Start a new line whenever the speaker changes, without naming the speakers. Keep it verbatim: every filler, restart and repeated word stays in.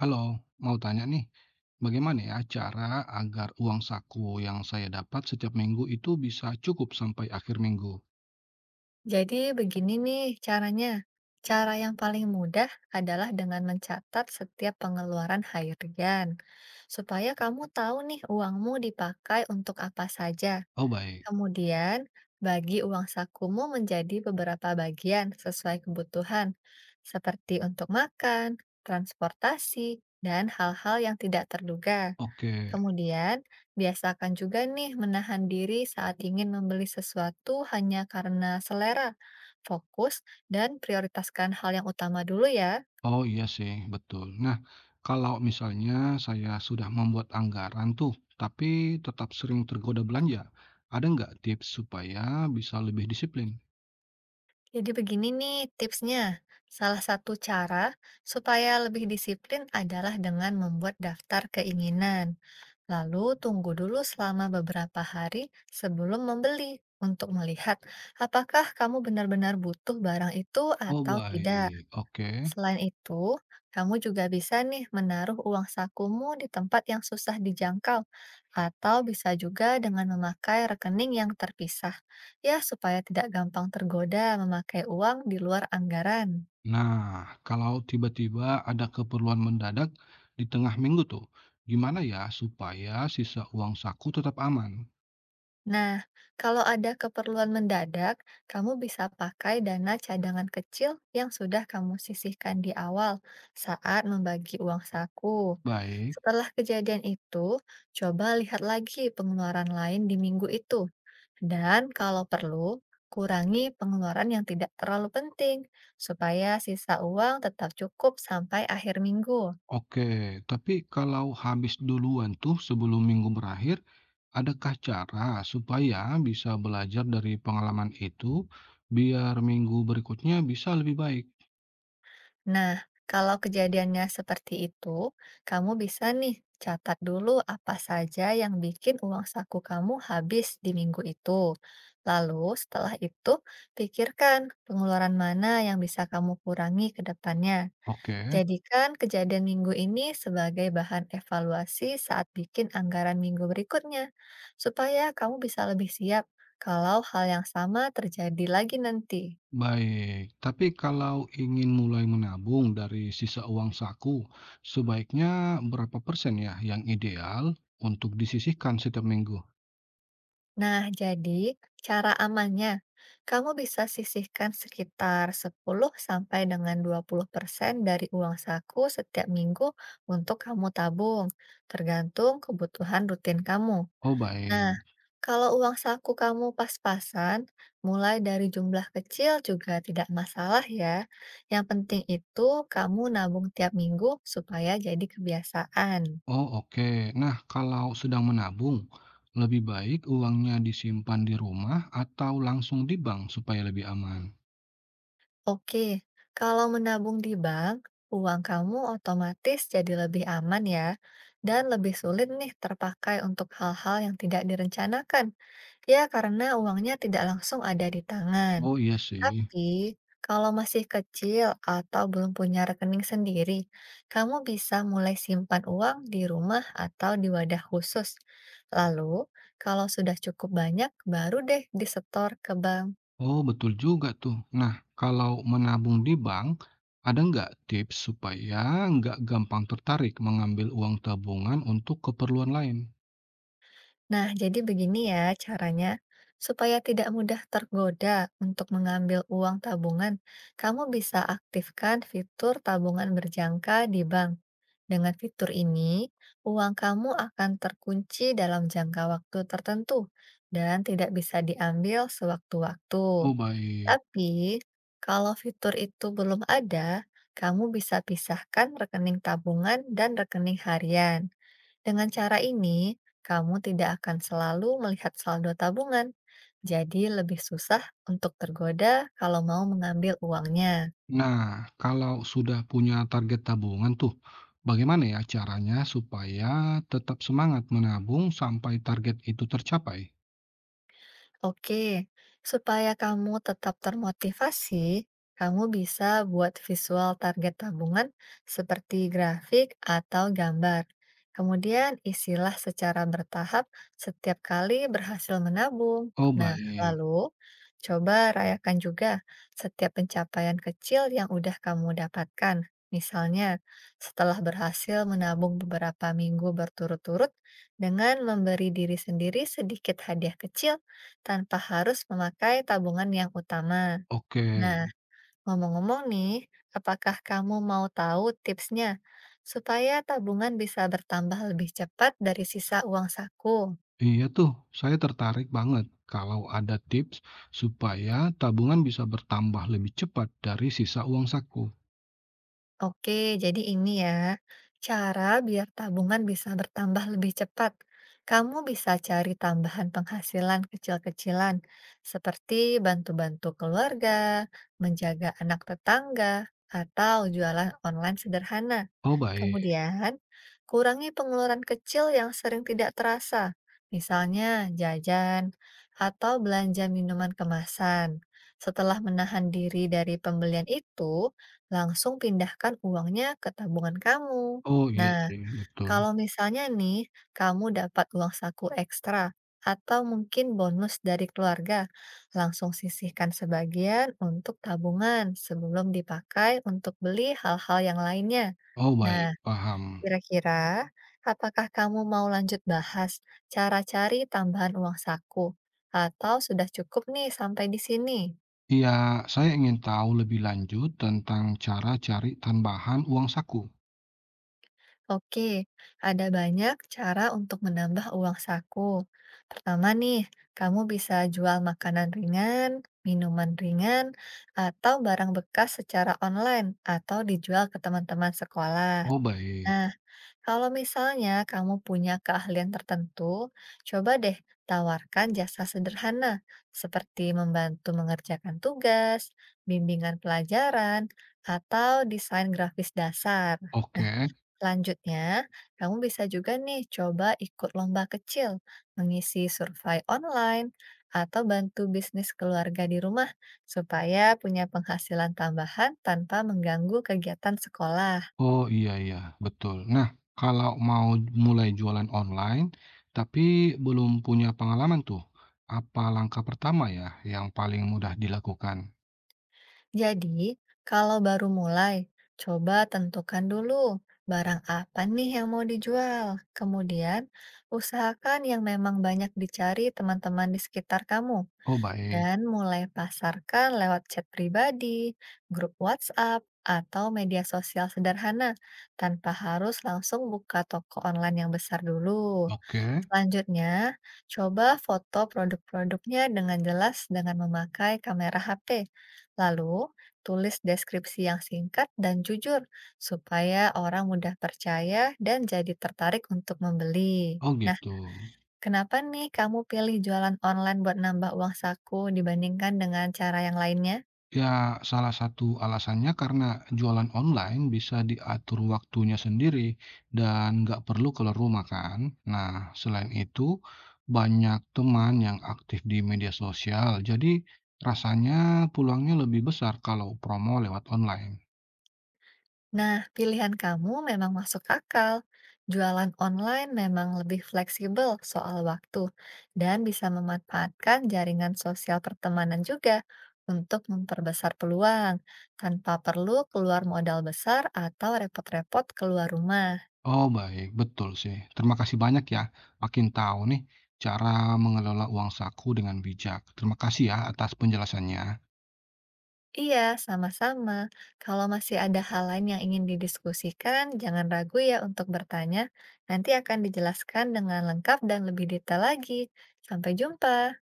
Halo, mau tanya nih, bagaimana ya cara agar uang saku yang saya dapat setiap minggu itu bisa cukup sampai akhir minggu?
Jadi begini nih caranya. Cara yang paling mudah adalah dengan mencatat setiap pengeluaran harian, supaya kamu tahu nih uangmu dipakai untuk apa saja.
Oh baik,
Kemudian, bagi uang sakumu menjadi beberapa bagian sesuai kebutuhan, seperti untuk makan, transportasi, dan hal-hal yang tidak terduga.
oke.
Kemudian, biasakan juga nih menahan diri saat ingin membeli sesuatu hanya karena selera, fokus, dan prioritaskan hal yang utama dulu ya.
Oh iya sih, betul. Nah, kalau misalnya saya sudah membuat anggaran tuh, tapi tetap sering tergoda belanja, ada nggak tips supaya bisa lebih disiplin?
Jadi begini nih tipsnya. Salah satu cara supaya lebih disiplin adalah dengan membuat daftar keinginan. Lalu tunggu dulu selama beberapa hari sebelum membeli untuk melihat apakah kamu benar-benar butuh barang itu
Oh
atau tidak.
baik, oke.
Selain itu, kamu juga bisa nih menaruh uang sakumu di tempat yang susah dijangkau, atau bisa juga dengan memakai rekening yang terpisah, ya supaya tidak gampang tergoda memakai uang di luar anggaran.
Nah, kalau tiba-tiba ada keperluan mendadak di tengah minggu tuh, gimana ya supaya sisa uang saku tetap aman?
Nah, kalau ada keperluan mendadak, kamu bisa pakai dana cadangan kecil yang sudah kamu sisihkan di awal saat membagi uang saku.
Baik,
Setelah kejadian itu, coba lihat lagi pengeluaran lain di minggu itu. Dan kalau perlu, kurangi pengeluaran yang tidak terlalu penting supaya sisa uang tetap cukup sampai akhir minggu.
oke. Tapi kalau habis duluan tuh sebelum minggu berakhir, adakah cara supaya bisa belajar dari pengalaman itu biar minggu berikutnya bisa lebih baik?
Nah, kalau kejadiannya seperti itu, kamu bisa nih catat dulu apa saja yang bikin uang saku kamu habis di minggu itu. Lalu setelah itu, pikirkan pengeluaran mana yang bisa kamu kurangi ke depannya.
Oke.
Jadikan kejadian minggu ini sebagai bahan evaluasi saat bikin anggaran minggu berikutnya, supaya kamu bisa lebih siap kalau hal yang sama terjadi lagi nanti.
Baik, tapi kalau ingin mulai menabung dari sisa uang saku, sebaiknya berapa persen ya yang ideal untuk disisihkan setiap minggu?
Nah, jadi cara amannya, kamu bisa sisihkan sekitar sepuluh sampai dengan dua puluh persen dari uang saku setiap minggu untuk kamu tabung, tergantung kebutuhan rutin kamu.
Oh
Nah,
baik,
kalau uang saku kamu pas-pasan, mulai dari jumlah kecil juga tidak masalah ya. Yang penting itu kamu nabung tiap minggu supaya jadi kebiasaan.
oh oke. Nah, kalau sedang menabung, lebih baik uangnya disimpan di rumah atau langsung di bank supaya lebih aman?
Oke, kalau menabung di bank, uang kamu otomatis jadi lebih aman ya, dan lebih sulit nih terpakai untuk hal-hal yang tidak direncanakan. Ya, karena uangnya tidak langsung ada di tangan.
Oh iya sih.
Tapi, kalau masih kecil atau belum punya rekening sendiri, kamu bisa mulai simpan uang di rumah atau di wadah khusus. Lalu, kalau sudah cukup banyak, baru deh disetor ke bank.
Oh, betul juga tuh. Nah, kalau menabung di bank, ada nggak tips supaya nggak gampang tertarik mengambil uang tabungan untuk keperluan lain?
Nah, jadi begini ya caranya. Supaya tidak mudah tergoda untuk mengambil uang tabungan, kamu bisa aktifkan fitur tabungan berjangka di bank. Dengan fitur ini, uang kamu akan terkunci dalam jangka waktu tertentu dan tidak bisa diambil sewaktu-waktu.
Oh, baik.
Tapi, kalau fitur itu belum ada, kamu bisa pisahkan rekening tabungan dan rekening harian. Dengan cara ini, kamu tidak akan selalu melihat saldo tabungan, jadi lebih susah untuk tergoda kalau mau mengambil uangnya.
Nah, kalau sudah punya target tabungan tuh, bagaimana ya caranya supaya tetap semangat menabung sampai target itu tercapai?
Oke, supaya kamu tetap termotivasi, kamu bisa buat visual target tabungan seperti grafik atau gambar. Kemudian isilah secara bertahap setiap kali berhasil menabung.
Oh,
Nah,
baik.
lalu coba rayakan juga setiap pencapaian kecil yang udah kamu dapatkan. Misalnya, setelah berhasil menabung beberapa minggu berturut-turut dengan memberi diri sendiri sedikit hadiah kecil tanpa harus memakai tabungan yang utama.
Oke.
Nah, ngomong-ngomong nih, apakah kamu mau tahu tipsnya supaya tabungan bisa bertambah lebih cepat dari sisa uang saku?
Iya tuh, saya tertarik banget kalau ada tips supaya tabungan bisa bertambah lebih cepat dari sisa uang saku.
Oke, jadi ini ya, cara biar tabungan bisa bertambah lebih cepat. Kamu bisa cari tambahan penghasilan kecil-kecilan, seperti bantu-bantu keluarga, menjaga anak tetangga, atau jualan online sederhana.
Oh baik,
Kemudian, kurangi pengeluaran kecil yang sering tidak terasa, misalnya jajan atau belanja minuman kemasan. Setelah menahan diri dari pembelian itu, langsung pindahkan uangnya ke tabungan kamu.
oh iya
Nah,
sih betul.
kalau misalnya nih, kamu dapat uang saku ekstra atau mungkin bonus dari keluarga, langsung sisihkan sebagian untuk tabungan sebelum dipakai untuk beli hal-hal yang lainnya.
Oh baik,
Nah,
paham.
kira-kira apakah kamu mau lanjut bahas cara cari tambahan uang saku atau sudah cukup nih sampai di sini?
Iya, saya ingin tahu lebih lanjut tentang cara cari tambahan uang saku.
Oke, ada banyak cara untuk menambah uang saku. Pertama nih, kamu bisa jual makanan ringan, minuman ringan, atau barang bekas secara online atau dijual ke teman-teman sekolah.
Oh baik,
Nah, kalau misalnya kamu punya keahlian tertentu, coba deh tawarkan jasa sederhana seperti membantu mengerjakan tugas, bimbingan pelajaran, atau desain grafis dasar. Nah,
oke.
Selanjutnya, kamu bisa juga nih coba ikut lomba kecil, mengisi survei online, atau bantu bisnis keluarga di rumah supaya punya penghasilan tambahan tanpa mengganggu kegiatan sekolah.
Oh iya iya, betul. Nah, kalau mau mulai jualan online tapi belum punya pengalaman tuh, apa langkah pertama ya yang paling mudah dilakukan?
Jadi, kalau baru mulai, coba tentukan dulu barang apa nih yang mau dijual. Kemudian, usahakan yang memang banyak dicari teman-teman di sekitar kamu.
Oh baik,
Dan mulai pasarkan lewat chat pribadi, grup WhatsApp, atau media sosial sederhana tanpa harus langsung buka toko online yang besar dulu.
oke.
Selanjutnya, coba foto produk-produknya dengan jelas dengan memakai kamera H P. Lalu, tulis deskripsi yang singkat dan jujur supaya orang mudah percaya dan jadi tertarik untuk membeli.
Oh
Nah,
gitu.
Kenapa nih kamu pilih jualan online buat nambah uang saku dibandingkan dengan cara yang lainnya?
Ya salah satu alasannya karena jualan online bisa diatur waktunya sendiri dan nggak perlu keluar rumah kan. Nah, selain itu banyak teman yang aktif di media sosial, jadi rasanya peluangnya lebih besar kalau promo lewat online.
Nah, pilihan kamu memang masuk akal. Jualan online memang lebih fleksibel soal waktu dan bisa memanfaatkan jaringan sosial pertemanan juga untuk memperbesar peluang tanpa perlu keluar modal besar atau repot-repot keluar rumah.
Oh baik, betul sih. Terima kasih banyak ya. Makin tahu nih cara mengelola uang saku dengan bijak. Terima kasih ya atas penjelasannya.
Iya, sama-sama. Kalau masih ada hal lain yang ingin didiskusikan, jangan ragu ya untuk bertanya. Nanti akan dijelaskan dengan lengkap dan lebih detail lagi. Sampai jumpa.